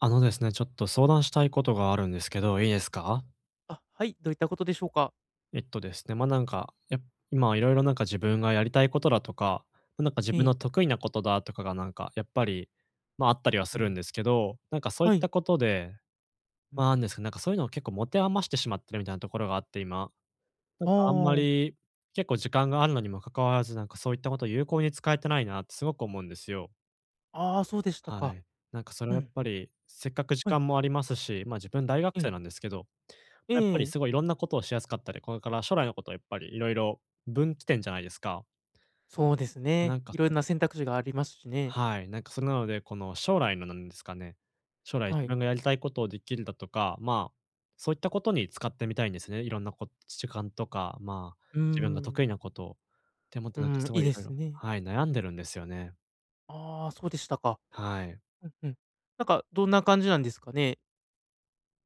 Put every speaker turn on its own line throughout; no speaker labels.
あのですね、ちょっと相談したいことがあるんですけど、いいですか？
あ、はい、どういったことでしょうか？
えっとですね、ま、なんか、今いろいろなんか自分がやりたいことだとか、ま、なんか自
え
分
え。
の得意なことだとかがなんかやっぱり、ま、あったりはす
う
るん
ん。
ですけど、なんかそうい
は
った
い。
ことで、
う
ま、な
ん。
んですけど、なんかそういうのを結構持て余してしまってるみたいなところがあって、今。なんかあんま
あ
り、結構時間があるのにも関わらず、なんかそういったことを有効に使えてないなってすごく思うんですよ。
あ、ああ、そうでした
は
か。
い。なんかそれは
う
やっ
ん、
ぱり、せっかく時
はい、
間もありますし、ま、自分大学
え
生
え、
なんですけど、
え
やっぱり
え、
すごいいろんなことをしやすかったり、これから将来のことをやっぱりいろいろ分岐点じゃないですか。
そうです
まな
ね。
んか
色んな選択肢がありますしね。
はい、なんかそれなので、この将来のなんですかね、将来
は
自
い。
分がやりたいことをできるだとか、まあ、そういったことに使ってみたいんですね。いろんな時間とか、まあ、
うー
自分が得
ん、
意なことを。って思って
う
なんか
ん、
すご
いい
いい
で
ろいろ
すね。
はい、悩んでるんですよね。
ああ、そうでしたか。
はい。
うんうん。なんかどんな感じなんですかね？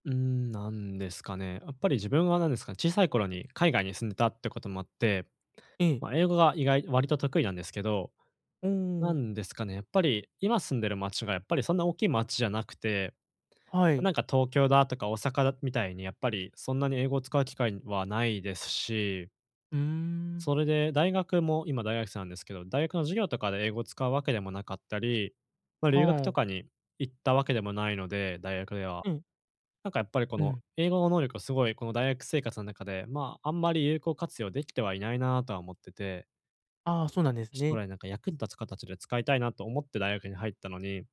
うーん、なんですかね。やっぱり自分はなんですかね、小さい頃に海外に住んでたってこともあって、
ええ、
まあ、英語が意外割と得意なんですけど、
お
な
お、
んですかね、やっぱり、今住んでる町がやっぱりそんな大きい町じゃなくて、
はい。
なんか東京だとか大阪だみたいにやっぱりそんなに英語を使う機会はないですし、
うーん、
それで大学も今大学生なんですけど、大学の授業とかで英語を使うわけでもなかったり、まあ、留学と
は
か
あ、
に行ったわけでもないので、大学では。
うん、
なんかやっぱりこ
う
の
ん。
英語の能力をすごいこの大学生活の中で、まあ、あんまり有効活用できてはいないなとは思ってて、
ああ、そうなんです
将
ね。
来なんか役に立つ形で使いたいなと思って大学に入ったのに、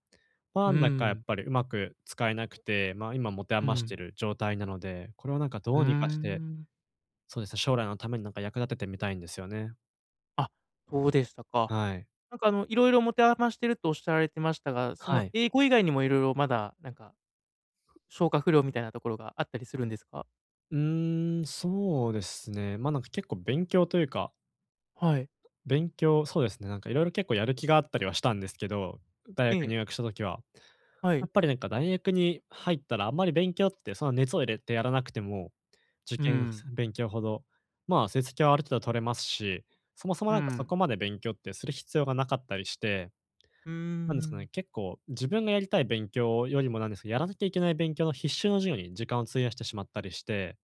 まあ
う
な
ー
んだかやっ
ん、
ぱりうまく使えなくて、まあ、今持て
う
余して
ん、
る状態なので、これをなんかど
うー
うにかして、
ん。
そうですね、将来のためになんか役立ててみたいんですよね。
あ、そうでしたか。
はい。
なんか色々持て余してるとおっしゃられてましたが、そ
は
の
い。
英語以外にも色々まだなんか、消化不良みたいなところがあったりするんですか？
うーん、そうですね。ま、なんか結構勉強というか、
はい。
勉強そうですね、なんかいろいろ結構やる気があったりはしたんですけど、大
え
学
え、
入学した時は。
は
や
い。
っぱりなんか大学に入ったらあんまり勉強ってそんな熱を入れてやらなくても、受
う
験
ん、
勉強ほど、まあ、成績はある程度取れますし、そもそも
う
なんかそ
ん、
こまで勉強ってする必要がなかったりして、
うー
なんですかね、
ん。
結構自分がやりたい勉強よりもなんですけど、やらなきゃいけない勉強の必修の授業に時間を費やしてしまったりして、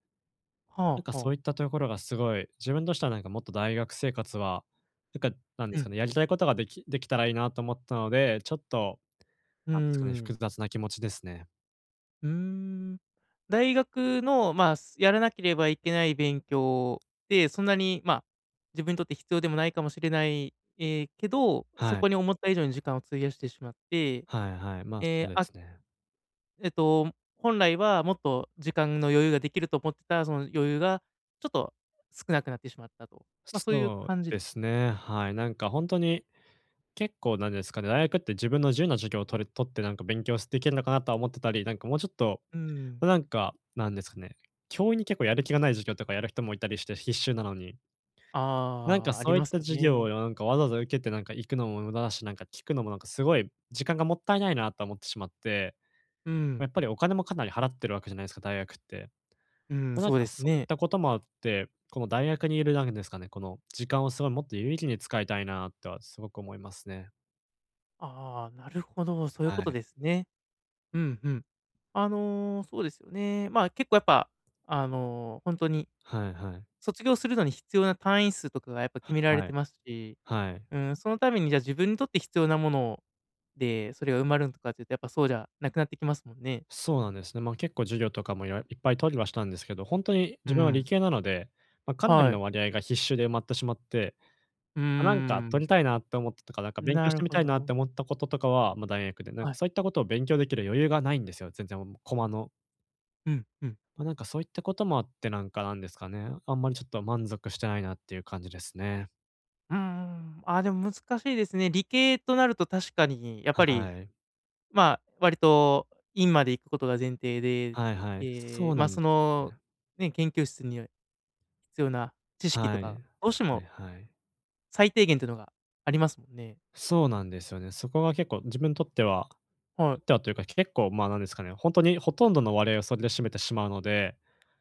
なん
は
か
あ
そ
は
う
あ。
いったところがすごい、自分としてはなんかもっと大学生活は、なんかなんで
う
すか
ん、
ね、やりたいことができたらいいなと思ったので、ちょっと
うー
なんですかね、複
ん、
雑な気持ちですね。
うーん。大学の、まあ、やらなければいけない勉強で、そんなに、まあ、自分にとって必要でもないかもしれない、ええ、けど、そ
は
こ
い。
に思った以上に時間を費やしてしまって、
はいはい。まあ、
え
そう
え、
ですね。
本来はもっと時間の余裕ができると思ってた、その余裕がちょっと少なくなってしまったと。まあ、そういう
そう
感じ
で
です
す
か？
ね。はい。なんか本当に、結構なんですかね、大学って自分の自由な授業を取ってなんか勉強していけるのかなとは思ってたり、なんかもうちょっと、
うん。
ま、なんか、なんですかね、教員に結構やる気がない授業とかやる人もいたりして必修なのに、なんか
ああ、あ
そ
り
ういっ
ます
た
よ
授業を
ね。
なんかわざわざ受けてなんか行くのも無駄だし、なんか聞くのもなんかすごい時間がもったいないなと思ってしまって、
う
ま、やっ
ん。
ぱりお金もかなり払ってるわけじゃないですか、大学って。
うん、
ま、なん
そう
か
です
そういっ
ね。
たこともあって、この大学にいるなんですかね、この時間をすごいもっと有意義に使いたいなってはすごく思いますね。
ああ、なるほど、そういう
は
こ
い。
とですね。うんうん。そうですよね。まあ、結構やっぱ、ほんに
はいはい。
卒業するのに必要な単位数とかがやっぱ決められ
は
て
い。
ますし、
はい。
うん、そのためにじゃあ自分にとって必要なものをで、それが埋まるんとかっていうと、やっぱそうじゃなくなってきますもんね。
そうなんですね。ま、結構授業とかもいっぱい取りはしたんですけど、ほんとに
う
自分は理
ん。
系なので、ま、かなり
は
の
い。
割合が必修で埋まってしまって、
うー
あ、なんか取
ん。
りたいなって思ったとか、なんか勉強
な
し
る
てみ
ほ
たいなっ
ど。
て思ったこととかは、ま、大学で、なんか
はい。
そういったことを勉強できる余裕がないんですよ、全然、もう、駒の。
うん、うん。
まあ、なんかそういったこともあって、なんかなんですかね、あんまりちょっと満足してないなっていう感じですね。
うーん。あ、でも難しいですね。理系となると確かにやっぱ
は
り、
い。
まあ、割と院まで行くことが前提で、
はいはい。そ
で、
うな
ま、
んですよね。
ね、研究室には必要な知識
は
と
い。
か、どうして
はい
も
はい。
最低限というのがありますもんね。
そうなんですよね。そこが結構自分にとっては
は
とっ
い。
てはというか、結構、ま、なんですかね、本当にほとんどの割合をそれで占めてしまうので、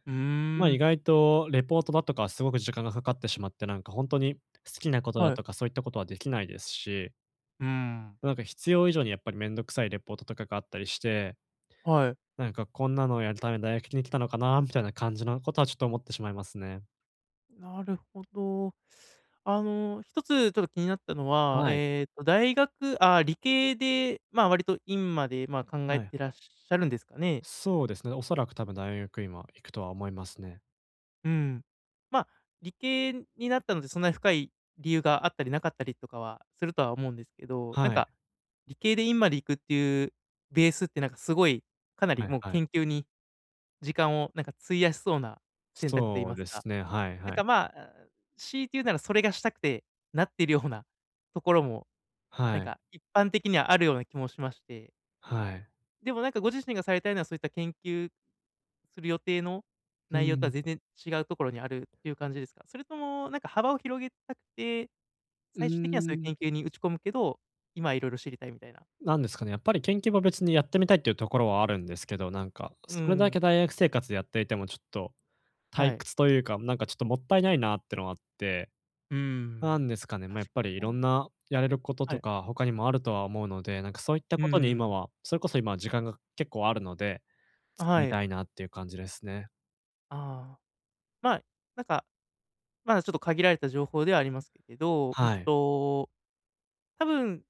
うー
ま、意
ん。
外とレポートだとかすごく時間がかかってしまって、なんか本当に好きなことだ
は
と
い。
かそういったことはできないですし、
うーん。
なんか必要以上にやっぱりめんどくさいレポートとかがあったりして、
はい。
なんかこんなのをやるために大学に来たのかなみたいな感じのことはちょっと思ってしまいますね。
なるほど。一つちょっと気になったのは、
はい。
大学理系で、まあ、割と院まで、まあ、考え
はい。
てらっしゃるんですかね。
そうですね。おそらく多分大学今行くとは思いますね。
うん。まあ、理系になったので、そんなに深い理由があったりなかったりとかはするとは思うんですけど、なん
はい、
か、理系で院まで行くっていうベースって、なんか、すごい、かな
は
り
い
もう
はい。
研究に時間を、なんか、費やしそうな選択と言い
そう
ます
で
か
すね。はい
な
は
ん
い。
か、まあ、強いて言うならそれがしたくてなってるようなところも、なん
はい、
か一般的にはあるような気もしまして。
はい。
でもなんかご自身がされたいのはそういった研究する予定の
う
内容とは
ん、
全然違うところにあるっていう感じですか？それともなんか幅を広げたくて、
うー
最終的にはそういう
ん、
研究に打ち込むけど、今いろいろ知りたいみたいな。
なんですかね、やっぱり研究も別にやってみたいっていうところはあるんですけど、なんか
うー
それだけ
ん、
大学生活でやっていてもちょっと
は
退
い。
屈というか、なんかちょっともったいないなってのがあって、
うー
な
ん。
んですかね、まあ、
確
やっぱりい
かに
ろ
な。
んなやれること
は
と
い。
か、他にもあるとは思うので、なんかそういった
う
ことに
ー
今
ん。
は、それこそ今時間が結構あるので、使い
はい。
たいなっていう感じですね。
ああ。まあ、なんかまだちょっと限られた情報ではありますけれど、
はい。
多分、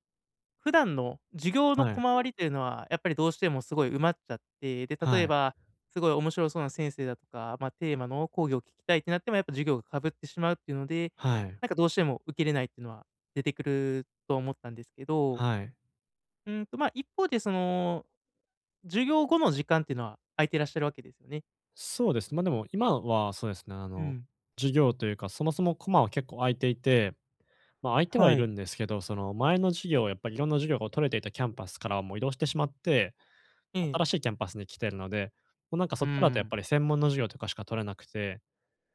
普段の授業の
はい。
小回りというのは、やっぱりどうしてもすごい埋まっちゃって、で、
は
例え
い。
ば、すごい面白そうな先生だとか、まあ、テーマの講義を聞きたいってなっても、やっぱ授業がかぶってしまうっていうので、
はい。
なんかどうしても受けれないっていうのは出てくると思ったんですけど、
はい。
まあ、一方で授業後の時間っていうのは空いてらっしゃるわけですよね。
そうですね。ま、でも今はそうですね、あ
う
の、
ん。
授業というか、そもそもコマは結構空いていて、ま、空いてはい
は
る
い。
んですけど、その前の授業、やっぱりいろんな授業が取れていたキャンパスからはもう移動してしまって、
ええ。
新しいキャンパスに来てるので、もうなんかそ
う
っちだとやっ
ん。
ぱり専門の授業とかしか取れなくて、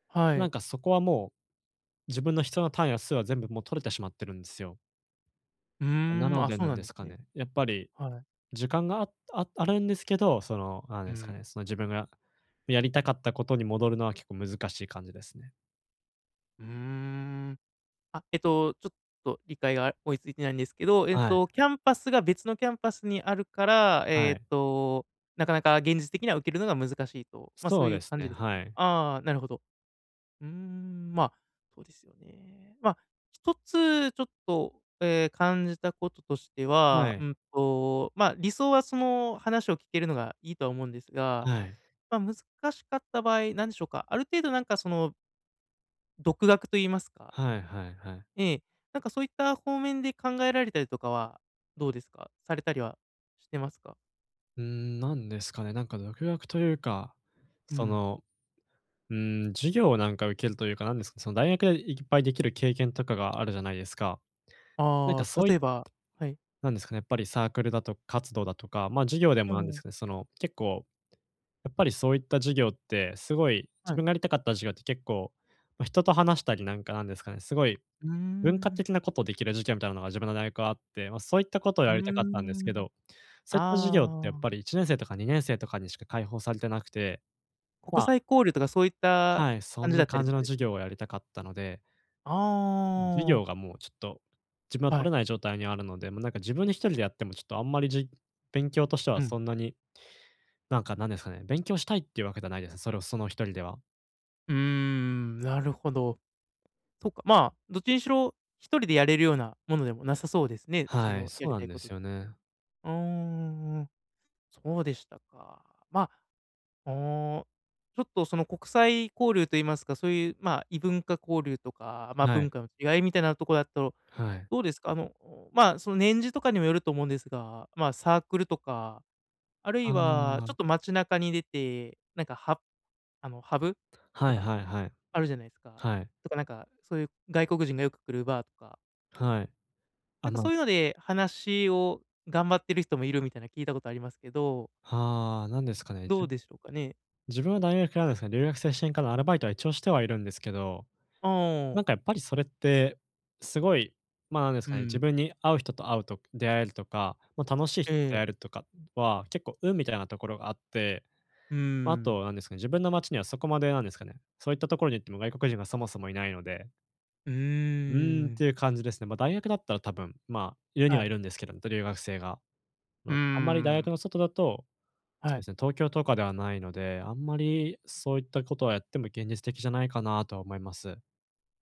は
なん
い。
かそこはもう、自分の必要な単位や数は全部もう取れてしまってるんですよ。
う
な
ー
の
ん、あ、
で
そう
なん
なん
で
で
す
す
か
ね。
ね、やっぱり
はい。
時間があるんですけど、その、なん
う
ですかね、
ん。
その自分がやりたかったことに戻るのは結構難しい感じですね。
うーん。あ、ちょっと理解が追いついてないんですけど、
はい、
キャンパスが別のキャンパスにあるから、
はい。
なかなか現実的には受けるのが難しいと。まあ、そ
そ
う
う
いう
です
感
ね、
じですか？
はい。
ああ、なるほど。うーん、まあ、そうですよね。まあ、一つちょっと、感じたこととして
は
は、
い、
まあ、理想はその話を聞けるのがいいとは思うんですが、
はい。
まあ、難しかった場合、なんでしょうか、ある程度なんかその独学と言いますか
はいはいはい。
ええ。なんかそういった方面で考えられたりとかは、どうですか？されたりはしてますか？
うーん、なんですかね、なんか独学というか、
う
そ
ん。
の、うーん、授業をなんか受けるというか、なんですか、その大学でいっぱいできる経験とかがあるじゃないですか。なん
あ
か
あ、
そう
例えばはい。
なんですかね、やっぱりサークルだと活動だとか、授業で
う
もなんです
ん。
かね、結構やっぱりそういった授業って、すごい
は
自
い。
分がやりたかった授業って結構、まあ、人と話したりなんかなんですかね、すごい
うー
文化
ん。
的なことをできる授業みたいなのが自分の大学はあって、まあ、そういったことを
うー
やりたかったんですけ
ん。
ど、そういった授業ってやっ
あ
ぱり
あ。
1年生とか2年生とかにしか開放されてなくて、
国
まあ
際交流とかそういった
はい、そ
感
ん
じだ
な
ったり
感じ
と
の
かで
授
すか？
業をやりたかったので、授
ああ、
業がもうちょっと、自分は
は
取れ
い。
ない状態にあるので、もうなんか自分で一人でやってもちょっとあんまり勉強としては
うん。
そんなに、なんかなんですかね、勉強したいっていうわけではないですね。それをその一人では。
うーん、なるほど。そっか、まあ、どっちにしろ一人でやれるようなものでもなさそうですね、そ
はい、
のや
そう
り
な
た
ん
い
で
ことっ
す
て。
よね。
うーん、そうでしたか。まあおあ、ちょっとその国際交流と言いますか、そういう、まあ、異文化交流とか、まあ、
はい、
文化の違いみたいなところだと、
はい。
どうですか？まあ、その年次とかにもよると思うんですが、まあ、サークルとか、ある
あ
い
あ、
はちょっと街中に出て、なんかハブ
は
と
い
か
はいはい。
あるじゃないですか。
はい、
とかなんか、そういう外国人がよく来るバーとか、
はい。あ、
なんか
ま
そういうので話を頑張ってる人もいるみたいな聞いたことありますけど、
あ、ああ、なんですかね、
ど
ゅ
うでしょうかね？
自分は大学なんですが、留学生支援課のアルバイトは一応してはいるんですけど
あ
な
あ、
んかやっぱりそれって、すごい、まあ、なんです
う
かね、自
ん。
分に合う人と会うと出会えるとか、まあ、楽しい人
え
と出
え、
会えるとかは、結構運みたいなところがあって、
う
まあ、あ
ん。
となんですかね、自分の街にはそこまでなんですかね、そういったところに行っても外国人がそもそもいないので、
うー
うーんっ
ん。
ていう感じですね。ま、大学だったら多分、まあ、いるに
は
はい
い。
るんですけど、留学生が。ま、
う
あ
ー
んまり大学
ん。
の外だと、そ
は
うで
い。
すね、東京とかではないので、あんまりそういったことはやっても現実的じゃないかなとは思います。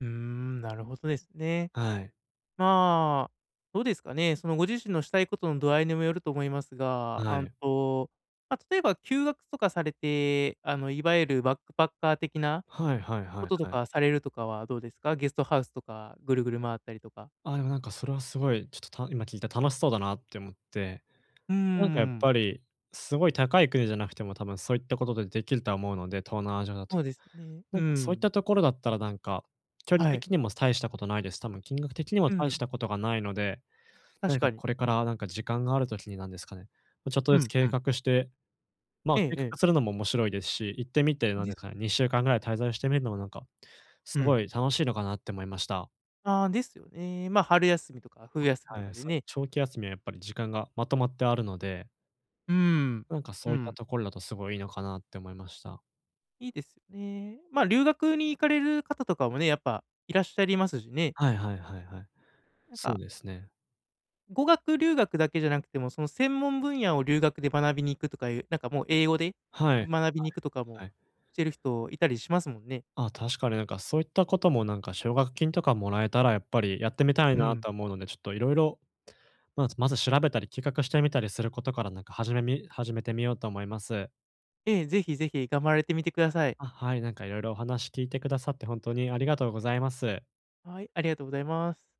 うーん、なるほどですね。
はい。
まあ、どうですかね、そのご自身のしたいことの度合いにもよると思いますが、
は
あん
い。
と、ま、例えば休学とかされて、いわゆるバックパッカー的な
はいはいは
こ
い
とと
はい。
かされるとかはどうですか？ゲストハウスとかぐるぐる回ったりとか。
ああ、でもなんかそれはすごい、ちょっとた今聞いて楽しそうだなって思って、
うー
なんかやっ
ん。
ぱり、すごい高い国じゃなくても多分そういったことでできるとは思うので、東南アジアだと。
そうですね。
なん
う
かそういっ
ん。
たところだったらなんか、距離
はい。
的にも大したことないです。多分金額的にも
う
大し
ん、
たことがないので、何
確
か
かに。
これからなんか時間があるときになんですかね、ま、ちょっと
う
ずつ
ん、う
計
ん。
画して、まあ、
ええ
計
ええ。
画するのも面白いですし、行ってみてなん
で
です
す
かね、2週間ぐらい滞在してみるのもなんか、す
う
ご
ん。
い楽しいのかなって思いました。
ああ、ですよね。ま、春休みとか冬休み
は
とか
い、
で
そういう
ね
長期休みはやっぱり時間がまとまってあるので、
うーん。
なんかそ
う
ういった
ん。
ところだとすごいいいのかなって思いました。
いいですよね。まあ、留学に行かれる方とかもね、やっぱいらっしゃいますしね。
はいはいはいはい。
なん
そう
か、
ですね。
語学留学だけじゃなくても、その専門分野を留学で学びに行くとかいう、なんかもう英語で
はい、
学びに行くとかも
はい。
してる人いたりしますもんね。
あ、確かになんかそういったこともなんか奨学金とかもらえたらやっぱりやってみたい
う
な
ん。
とは思うので、ちょっといろいろ、まず調べたり企画してみたりすることからなんか始めてみようと思います。
ええ、ぜひぜひ頑張られてみてください。
あ、はい、なんかいろいろお話聞いてくださって本当にありがとうございます。
はい、ありがとうございます。